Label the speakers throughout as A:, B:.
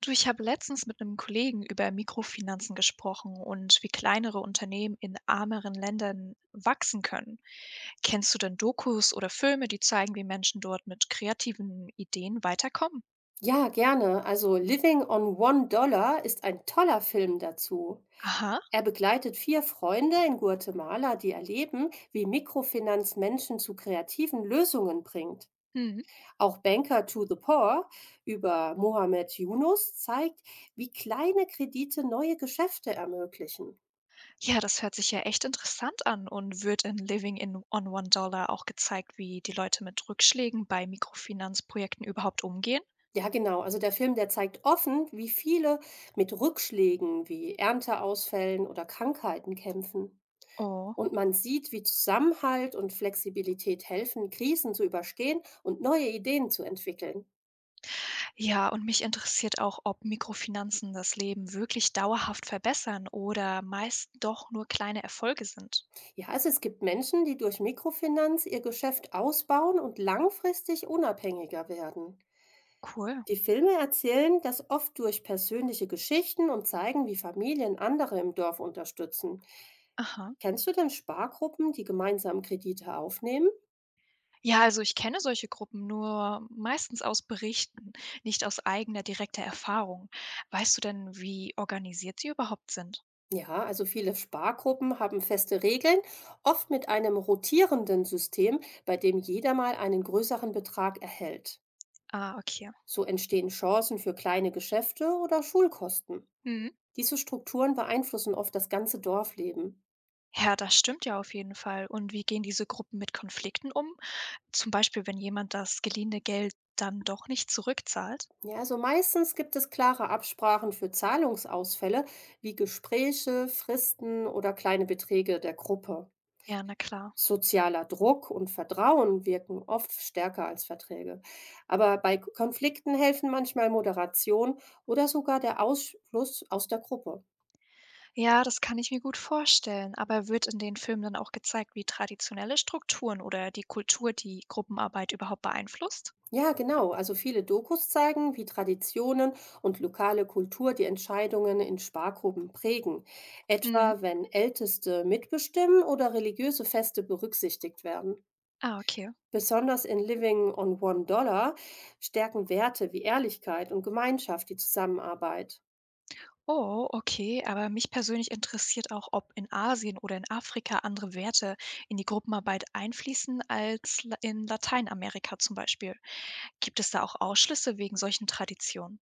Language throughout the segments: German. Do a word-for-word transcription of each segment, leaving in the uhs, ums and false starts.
A: Du, ich habe letztens mit einem Kollegen über Mikrofinanzen gesprochen und wie kleinere Unternehmen in ärmeren Ländern wachsen können. Kennst du denn Dokus oder Filme, die zeigen, wie Menschen dort mit kreativen Ideen weiterkommen?
B: Ja, gerne. Also Living on One Dollar ist ein toller Film dazu.
A: Aha.
B: Er begleitet vier Freunde in Guatemala, die erleben, wie Mikrofinanz Menschen zu kreativen Lösungen bringt.
A: Hm.
B: Auch Banker to the Poor über Mohamed Yunus zeigt, wie kleine Kredite neue Geschäfte ermöglichen.
A: Ja, das hört sich ja echt interessant an und wird in Living in on One Dollar auch gezeigt, wie die Leute mit Rückschlägen bei Mikrofinanzprojekten überhaupt umgehen?
B: Ja, genau. Also der Film, der zeigt offen, wie viele mit Rückschlägen wie Ernteausfällen oder Krankheiten kämpfen.
A: Oh.
B: Und man sieht, wie Zusammenhalt und Flexibilität helfen, Krisen zu überstehen und neue Ideen zu entwickeln.
A: Ja, und mich interessiert auch, ob Mikrofinanzen das Leben wirklich dauerhaft verbessern oder meist doch nur kleine Erfolge sind.
B: Ja, also es gibt Menschen, die durch Mikrofinanz ihr Geschäft ausbauen und langfristig unabhängiger werden.
A: Cool.
B: Die Filme erzählen das oft durch persönliche Geschichten und zeigen, wie Familien andere im Dorf unterstützen.
A: Aha.
B: Kennst du denn Spargruppen, die gemeinsam Kredite aufnehmen?
A: Ja, also ich kenne solche Gruppen nur meistens aus Berichten, nicht aus eigener direkter Erfahrung. Weißt du denn, wie organisiert sie überhaupt sind?
B: Ja, also viele Spargruppen haben feste Regeln, oft mit einem rotierenden System, bei dem jeder mal einen größeren Betrag erhält.
A: Ah, okay.
B: So entstehen Chancen für kleine Geschäfte oder Schulkosten.
A: Mhm.
B: Diese Strukturen beeinflussen oft das ganze Dorfleben.
A: Ja, das stimmt ja auf jeden Fall. Und wie gehen diese Gruppen mit Konflikten um? Zum Beispiel, wenn jemand das geliehene Geld dann doch nicht zurückzahlt?
B: Ja, also meistens gibt es klare Absprachen für Zahlungsausfälle wie Gespräche, Fristen oder kleine Beträge der Gruppe.
A: Ja, na klar.
B: Sozialer Druck und Vertrauen wirken oft stärker als Verträge. Aber bei K- Konflikten helfen manchmal Moderation oder sogar der Ausschluss aus der Gruppe.
A: Ja, das kann ich mir gut vorstellen. Aber wird in den Filmen dann auch gezeigt, wie traditionelle Strukturen oder die Kultur die Gruppenarbeit überhaupt beeinflusst?
B: Ja, genau. Also viele Dokus zeigen, wie Traditionen und lokale Kultur die Entscheidungen in Spargruppen prägen.
A: Mhm.
B: Etwa wenn Älteste mitbestimmen oder religiöse Feste berücksichtigt werden.
A: Ah, okay.
B: Besonders in Living on One Dollar stärken Werte wie Ehrlichkeit und Gemeinschaft die Zusammenarbeit.
A: Oh, okay. Aber mich persönlich interessiert auch, ob in Asien oder in Afrika andere Werte in die Gruppenarbeit einfließen als La- in Lateinamerika zum Beispiel. Gibt es da auch Ausschlüsse wegen solchen Traditionen?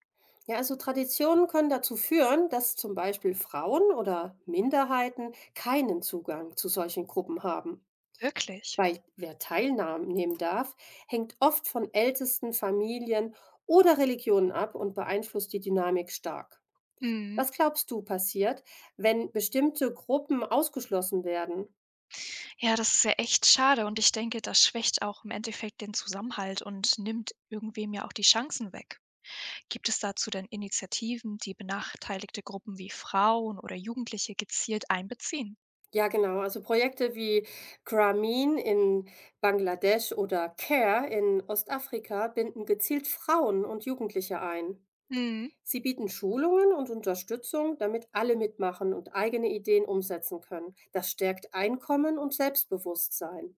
B: Ja, also Traditionen können dazu führen, dass zum Beispiel Frauen oder Minderheiten keinen Zugang zu solchen Gruppen haben.
A: Wirklich?
B: Weil wer teilnehmen darf, hängt oft von ältesten Familien oder Religionen ab und beeinflusst die Dynamik stark.
A: Mhm.
B: Was glaubst du passiert, wenn bestimmte Gruppen ausgeschlossen werden?
A: Ja, das ist ja echt schade und ich denke, das schwächt auch im Endeffekt den Zusammenhalt und nimmt irgendwem ja auch die Chancen weg. Gibt es dazu denn Initiativen, die benachteiligte Gruppen wie Frauen oder Jugendliche gezielt einbeziehen?
B: Ja, genau. Also Projekte wie Grameen in Bangladesch oder CARE in Ostafrika binden gezielt Frauen und Jugendliche ein.
A: Mhm.
B: Sie bieten Schulungen und Unterstützung, damit alle mitmachen und eigene Ideen umsetzen können. Das stärkt Einkommen und Selbstbewusstsein.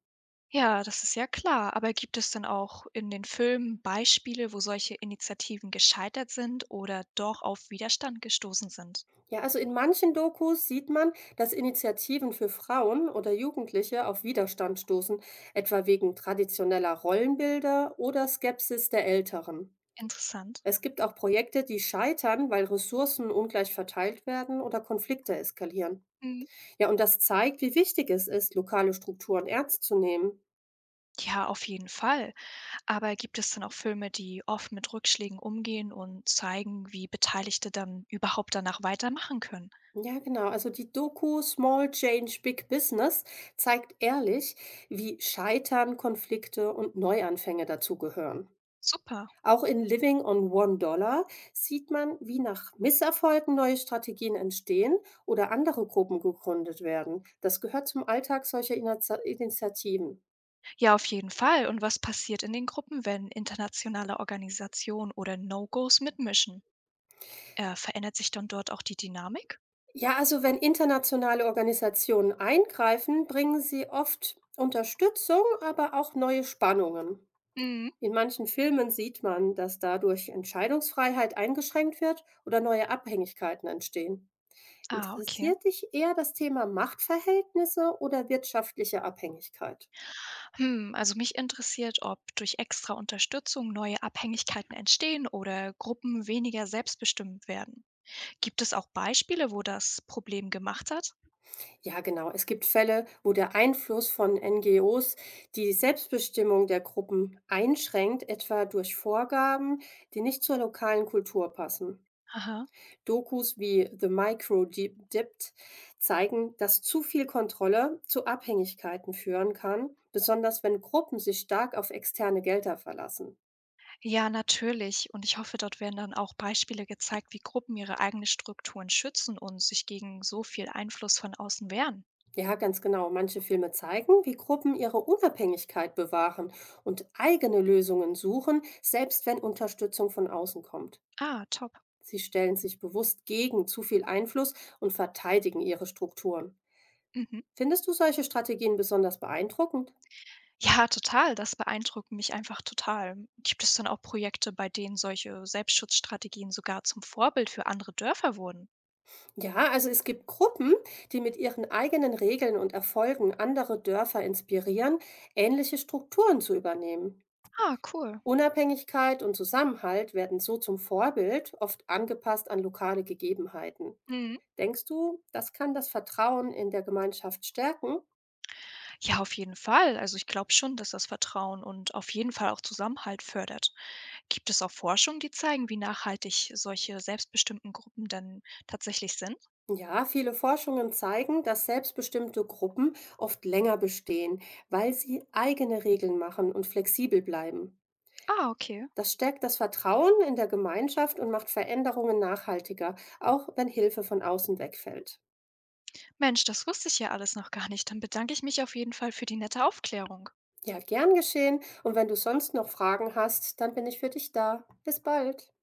A: Ja, das ist ja klar, aber gibt es denn auch in den Filmen Beispiele, wo solche Initiativen gescheitert sind oder doch auf Widerstand gestoßen sind?
B: Ja, also in manchen Dokus sieht man, dass Initiativen für Frauen oder Jugendliche auf Widerstand stoßen, etwa wegen traditioneller Rollenbilder oder Skepsis der Älteren.
A: Interessant.
B: Es gibt auch Projekte, die scheitern, weil Ressourcen ungleich verteilt werden oder Konflikte eskalieren.
A: Mhm.
B: Ja, und das zeigt, wie wichtig es ist, lokale Strukturen ernst zu nehmen.
A: Ja, auf jeden Fall. Aber gibt es dann auch Filme, die offen mit Rückschlägen umgehen und zeigen, wie Beteiligte dann überhaupt danach weitermachen können?
B: Ja, genau. Also die Doku Small Change Big Business zeigt ehrlich, wie Scheitern, Konflikte und Neuanfänge dazugehören.
A: Super.
B: Auch in Living on One Dollar sieht man, wie nach Misserfolgen neue Strategien entstehen oder andere Gruppen gegründet werden. Das gehört zum Alltag solcher Inazia- Initiativen.
A: Ja, auf jeden Fall. Und was passiert in den Gruppen, wenn internationale Organisationen oder No-Gos mitmischen? Äh, verändert sich dann dort auch die Dynamik?
B: Ja, also wenn internationale Organisationen eingreifen, bringen sie oft Unterstützung, aber auch neue Spannungen.
A: Mhm.
B: In manchen Filmen sieht man, dass dadurch Entscheidungsfreiheit eingeschränkt wird oder neue Abhängigkeiten entstehen.
A: Ah, okay.
B: Interessiert dich eher das Thema Machtverhältnisse oder wirtschaftliche Abhängigkeit?
A: Hm, also mich interessiert, ob durch extra Unterstützung neue Abhängigkeiten entstehen oder Gruppen weniger selbstbestimmt werden. Gibt es auch Beispiele, wo das Problem gemacht hat?
B: Ja, genau. Es gibt Fälle, wo der Einfluss von N G Os die Selbstbestimmung der Gruppen einschränkt, etwa durch Vorgaben, die nicht zur lokalen Kultur passen.
A: Aha.
B: Dokus wie „The Micro Deep Dipped" zeigen, dass zu viel Kontrolle zu Abhängigkeiten führen kann, besonders wenn Gruppen sich stark auf externe Gelder verlassen.
A: Ja, natürlich. Und ich hoffe, dort werden dann auch Beispiele gezeigt, wie Gruppen ihre eigenen Strukturen schützen und sich gegen so viel Einfluss von außen wehren.
B: Ja, ganz genau. Manche Filme zeigen, wie Gruppen ihre Unabhängigkeit bewahren und eigene Lösungen suchen, selbst wenn Unterstützung von außen kommt.
A: Ah, top.
B: Sie stellen sich bewusst gegen zu viel Einfluss und verteidigen ihre Strukturen.
A: Mhm.
B: Findest du solche Strategien besonders beeindruckend?
A: Ja, total. Das beeindruckt mich einfach total. Gibt es dann auch Projekte, bei denen solche Selbstschutzstrategien sogar zum Vorbild für andere Dörfer wurden?
B: Ja, also es gibt Gruppen, die mit ihren eigenen Regeln und Erfolgen andere Dörfer inspirieren, ähnliche Strukturen zu übernehmen.
A: Ah, cool.
B: Unabhängigkeit und Zusammenhalt werden so zum Vorbild, oft angepasst an lokale Gegebenheiten.
A: Mhm.
B: Denkst du, das kann das Vertrauen in der Gemeinschaft stärken?
A: Ja, auf jeden Fall. Also ich glaube schon, dass das Vertrauen und auf jeden Fall auch Zusammenhalt fördert. Gibt es auch Forschung, die zeigen, wie nachhaltig solche selbstbestimmten Gruppen dann tatsächlich sind?
B: Ja, viele Forschungen zeigen, dass selbstbestimmte Gruppen oft länger bestehen, weil sie eigene Regeln machen und flexibel bleiben.
A: Ah, okay.
B: Das stärkt das Vertrauen in der Gemeinschaft und macht Veränderungen nachhaltiger, auch wenn Hilfe von außen wegfällt.
A: Mensch, das wusste ich ja alles noch gar nicht. Dann bedanke ich mich auf jeden Fall für die nette Aufklärung.
B: Ja, gern geschehen. Und wenn du sonst noch Fragen hast, dann bin ich für dich da. Bis bald.